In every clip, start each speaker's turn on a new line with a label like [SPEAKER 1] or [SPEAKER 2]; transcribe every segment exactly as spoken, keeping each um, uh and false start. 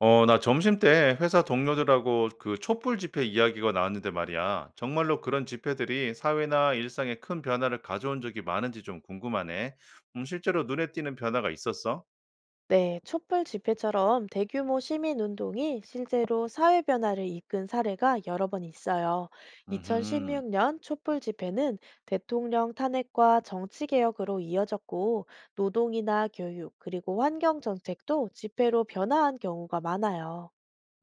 [SPEAKER 1] 어, 나 점심 때 회사 동료들하고 그 촛불 집회 이야기가 나왔는데 말이야. 정말로 그런 집회들이 사회나 일상에 큰 변화를 가져온 적이 많은지 좀 궁금하네. 음, 실제로 눈에 띄는 변화가 있었어?
[SPEAKER 2] 네, 촛불 집회처럼 대규모 시민 운동이 실제로 사회 변화를 이끈 사례가 여러 번 있어요.
[SPEAKER 1] 음,
[SPEAKER 2] 이천십육 년 촛불 집회는 대통령 탄핵과 정치 개혁으로 이어졌고, 노동이나 교육, 그리고 환경 정책도 집회로 변화한 경우가 많아요.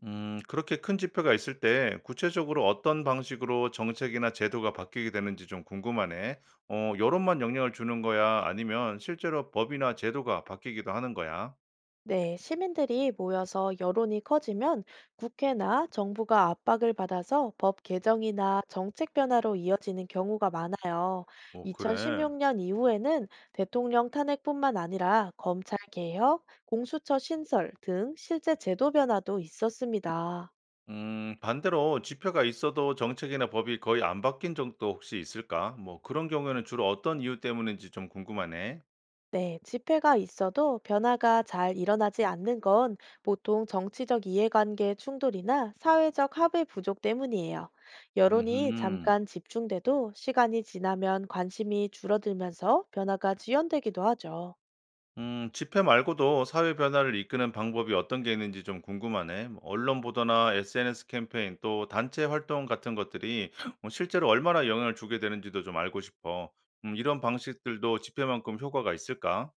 [SPEAKER 1] 음, 그렇게 큰 집회가 있을 때 구체적으로 어떤 방식으로 정책이나 제도가 바뀌게 되는지 좀 궁금하네. 어, 여론만 영향을 주는 거야? 아니면 실제로 법이나 제도가 바뀌기도 하는 거야?
[SPEAKER 2] 네, 시민들이 모여서 여론이 커지면 국회나 정부가 압박을 받아서 법 개정이나 정책 변화로 이어지는 경우가 많아요.
[SPEAKER 1] 어, 그래.
[SPEAKER 2] 이천십육 년 이후에는 대통령 탄핵뿐만 아니라 검찰 개혁, 공수처 신설 등 실제 제도 변화도 있었습니다.
[SPEAKER 1] 음 반대로 지표가 있어도 정책이나 법이 거의 안 바뀐 정도 혹시 있을까? 뭐 그런 경우에는 주로 어떤 이유 때문인지 좀 궁금하네.
[SPEAKER 2] 네, 집회가 있어도 변화가 잘 일어나지 않는 건 보통 정치적 이해관계 충돌이나 사회적 합의 부족 때문이에요. 여론이
[SPEAKER 1] 음흠.
[SPEAKER 2] 잠깐 집중돼도 시간이 지나면 관심이 줄어들면서 변화가 지연되기도 하죠.
[SPEAKER 1] 음, 지표 말고도 사회 변화를 이끄는 방법이 어떤 게 있는지 좀 궁금하네. 뭐 언론 보도나 에스엔에스 캠페인 또 단체 활동 같은 것들이 뭐 실제로 얼마나 영향을 주게 되는지도 좀 알고 싶어. 음, 이런 방식들도 지표만큼 효과가 있을까?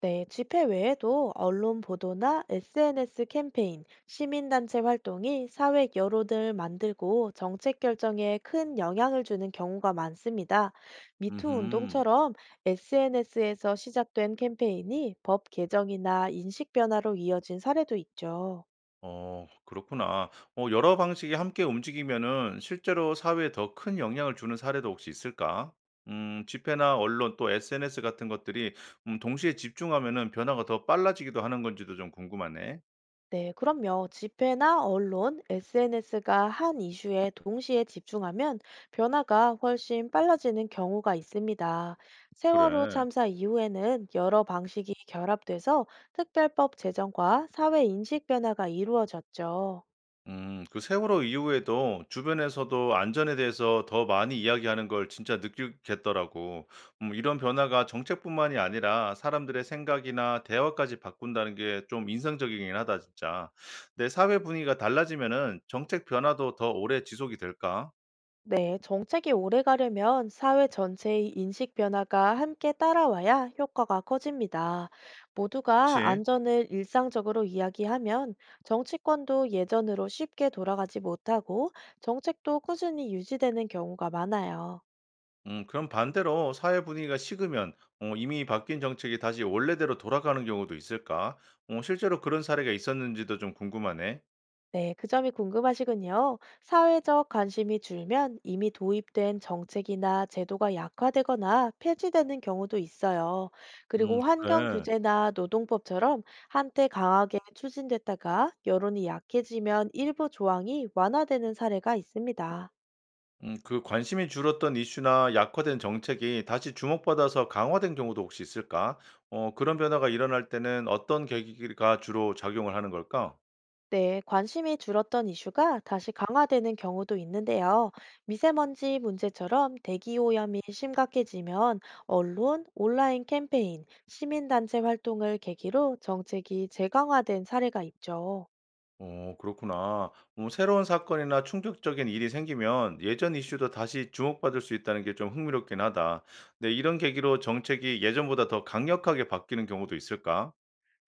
[SPEAKER 2] 네, 집회 외에도 언론 보도나 에스엔에스 캠페인, 시민단체 활동이 사회 여론을 만들고 정책 결정에 큰 영향을 주는 경우가 많습니다. 미투
[SPEAKER 1] 음흠.
[SPEAKER 2] 운동처럼 에스엔에스에서 시작된 캠페인이 법 개정이나 인식 변화로 이어진 사례도 있죠.
[SPEAKER 1] 어, 그렇구나. 어 여러 방식이 함께 움직이면은 실제로 사회에 더 큰 영향을 주는 사례도 혹시 있을까? 음 집회나 언론 또 에스엔에스 같은 것들이 음 동시에 집중하면은 변화가 더 빨라지기도 하는 건지도 좀 궁금하네.
[SPEAKER 2] 네, 그럼요. 집회나 언론, 에스엔에스가 한 이슈에 동시에 집중하면 변화가 훨씬 빨라지는 경우가 있습니다. 세월호
[SPEAKER 1] 그래.
[SPEAKER 2] 참사 이후에는 여러 방식이 결합돼서 특별법 제정과 사회 인식 변화가 이루어졌죠.
[SPEAKER 1] 음, 그 세월호 이후에도 주변에서도 안전에 대해서 더 많이 이야기하는 걸 진짜 느끼겠더라고. 음, 이런 변화가 정책뿐만이 아니라 사람들의 생각이나 대화까지 바꾼다는 게 좀 인상적이긴 하다, 진짜. 내 사회 분위기가 달라지면은 정책 변화도 더 오래 지속이 될까?
[SPEAKER 2] 네, 정책이 오래 가려면 사회 전체의 인식 변화가 함께 따라와야 효과가 커집니다. 모두가
[SPEAKER 1] 그치?
[SPEAKER 2] 안전을 일상적으로 이야기하면 정치권도 예전으로 쉽게 돌아가지 못하고 정책도 꾸준히 유지되는 경우가 많아요.
[SPEAKER 1] 음, 그럼 반대로 사회 분위기가 식으면 어, 이미 바뀐 정책이 다시 원래대로 돌아가는 경우도 있을까? 어, 실제로 그런 사례가 있었는지도 좀 궁금하네.
[SPEAKER 2] 네, 그 점이 궁금하시군요. 사회적 관심이 줄면 이미 도입된 정책이나 제도가 약화되거나 폐지되는 경우도 있어요.
[SPEAKER 1] 음,
[SPEAKER 2] 그리고 환경
[SPEAKER 1] 그래.
[SPEAKER 2] 규제나 노동법처럼 한때 강하게 추진됐다가 여론이 약해지면 일부 조항이 완화되는 사례가 있습니다.
[SPEAKER 1] 음 그 관심이 줄었던 이슈나 약화된 정책이 다시 주목받아서 강화된 경우도 혹시 있을까? 어 그런 변화가 일어날 때는 어떤 계기가 주로 작용을 하는 걸까?
[SPEAKER 2] 네, 관심이 줄었던 이슈가 다시 강화되는 경우도 있는데요. 미세먼지 문제처럼 대기 오염이 심각해지면 언론, 온라인 캠페인, 시민단체 활동을 계기로 정책이 재강화된 사례가 있죠.
[SPEAKER 1] 어, 그렇구나. 음, 새로운 사건이나 충격적인 일이 생기면 예전 이슈도 다시 주목받을 수 있다는 게 좀 흥미롭긴 하다. 근데 이런 계기로 정책이 예전보다 더 강력하게 바뀌는 경우도 있을까?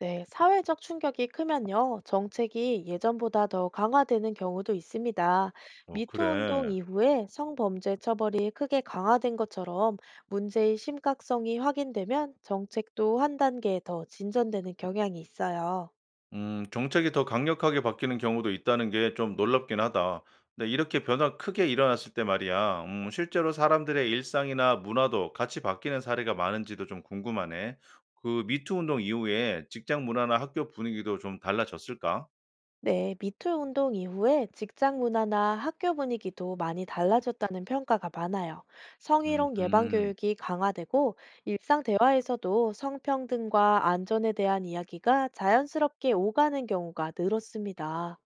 [SPEAKER 2] 네, 사회적 충격이 크면요, 정책이 예전보다 더 강화되는 경우도 있습니다.
[SPEAKER 1] 어,
[SPEAKER 2] 미투 운동
[SPEAKER 1] 그래.
[SPEAKER 2] 이후에 성범죄 처벌이 크게 강화된 것처럼 문제의 심각성이 확인되면 정책도 한 단계 더 진전되는 경향이 있어요.
[SPEAKER 1] 음, 정책이 더 강력하게 바뀌는 경우도 있다는 게 좀 놀랍긴 하다. 근데 이렇게 변화 크게 일어났을 때 말이야, 음, 실제로 사람들의 일상이나 문화도 같이 바뀌는 사례가 많은지도 좀 궁금하네. 그 미투 운동 이후에 직장 문화나 학교 분위기도 좀 달라졌을까?
[SPEAKER 2] 네, 미투 운동 이후에 직장 문화나 학교 분위기도 많이 달라졌다는 평가가 많아요.
[SPEAKER 1] 음,
[SPEAKER 2] 성희롱 예방
[SPEAKER 1] 음,
[SPEAKER 2] 교육이 강화되고 일상 대화에서도 성평등과 안전에 대한 이야기가 자연스럽게 오가는 경우가 늘었습니다.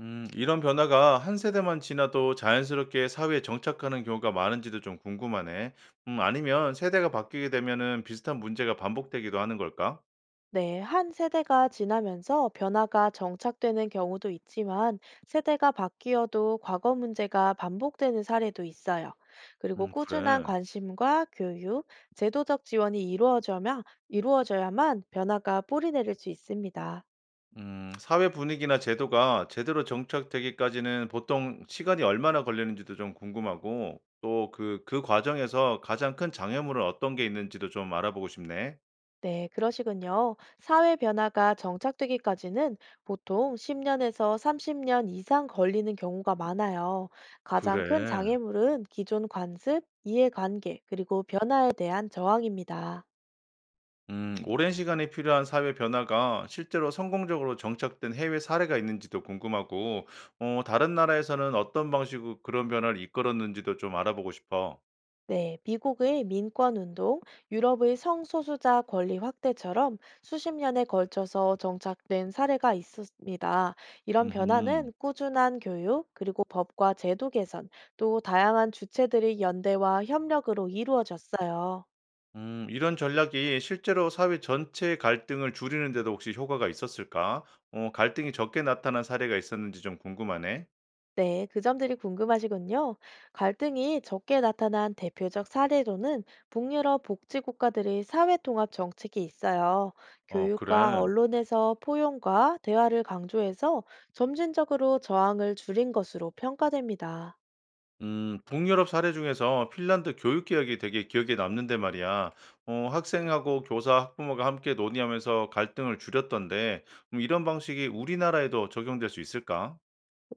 [SPEAKER 1] 음, 이런 변화가 한 세대만 지나도 자연스럽게 사회에 정착하는 경우가 많은지도 좀 궁금하네. 음, 아니면 세대가 바뀌게 되면은 비슷한 문제가 반복되기도 하는 걸까?
[SPEAKER 2] 네, 한 세대가 지나면서 변화가 정착되는 경우도 있지만 세대가 바뀌어도 과거 문제가 반복되는 사례도 있어요. 그리고
[SPEAKER 1] 음,
[SPEAKER 2] 꾸준한
[SPEAKER 1] 그래.
[SPEAKER 2] 관심과 교육, 제도적 지원이 이루어져야, 이루어져야만 변화가 뿌리 내릴 수 있습니다.
[SPEAKER 1] 음 사회 분위기나 제도가 제대로 정착되기까지는 보통 시간이 얼마나 걸리는지도 좀 궁금하고 또 그 그 과정에서 가장 큰 장애물은 어떤 게 있는지도 좀 알아보고 싶네.
[SPEAKER 2] 네, 그러시군요. 사회 변화가 정착되기까지는 보통 십 년에서 삼십 년 이상 걸리는 경우가 많아요. 가장 큰
[SPEAKER 1] 그래.
[SPEAKER 2] 장애물은 기존 관습, 이해관계, 그리고 변화에 대한 저항입니다.
[SPEAKER 1] 음 오랜 시간이 필요한 사회 변화가 실제로 성공적으로 정착된 해외 사례가 있는지도 궁금하고 어 다른 나라에서는 어떤 방식으로 그런 변화를 이끌었는지도 좀 알아보고 싶어.
[SPEAKER 2] 네, 미국의 민권 운동, 유럽의 성소수자 권리 확대처럼 수십 년에 걸쳐서 정착된 사례가 있습니다. 이런
[SPEAKER 1] 음,
[SPEAKER 2] 변화는 꾸준한 교육, 그리고 법과 제도 개선, 또 다양한 주체들의 연대와 협력으로 이루어졌어요.
[SPEAKER 1] 음, 이런 전략이 실제로 사회 전체의 갈등을 줄이는 데도 혹시 효과가 있었을까? 어, 갈등이 적게 나타난 사례가 있었는지 좀 궁금하네.
[SPEAKER 2] 네, 그 점들이 궁금하시군요. 갈등이 적게 나타난 대표적 사례로는 북유럽 복지국가들의 사회통합 정책이 있어요.
[SPEAKER 1] 어,
[SPEAKER 2] 교육과
[SPEAKER 1] 그래.
[SPEAKER 2] 언론에서 포용과 대화를 강조해서 점진적으로 저항을 줄인 것으로 평가됩니다.
[SPEAKER 1] 음, 북유럽 사례 중에서 핀란드 교육 개혁이 되게 기억에 남는데 말이야. 어, 학생하고 교사, 학부모가 함께 논의하면서 갈등을 줄였던데, 음, 이런 방식이 우리나라에도 적용될 수 있을까?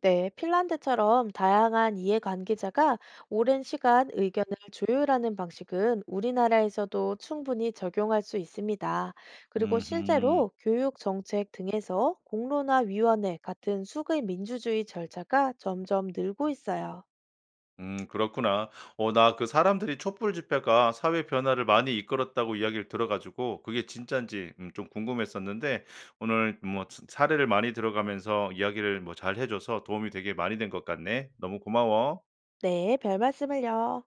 [SPEAKER 2] 네, 핀란드처럼 다양한 이해관계자가 오랜 시간 의견을 조율하는 방식은 우리나라에서도 충분히 적용할 수 있습니다. 그리고
[SPEAKER 1] 음,
[SPEAKER 2] 실제로 교육 정책 등에서 공론화위원회 같은 수의 민주주의 절차가 점점 늘고 있어요.
[SPEAKER 1] 음, 그렇구나. 어, 나 그 사람들이 촛불 집회가 사회 변화를 많이 이끌었다고 이야기를 들어가지고 그게 진짠지 음, 좀 궁금했었는데 오늘 뭐 사- 사례를 많이 들어가면서 이야기를 뭐 잘 해줘서 도움이 되게 많이 된 것 같네. 너무 고마워.
[SPEAKER 2] 네, 별 말씀을요.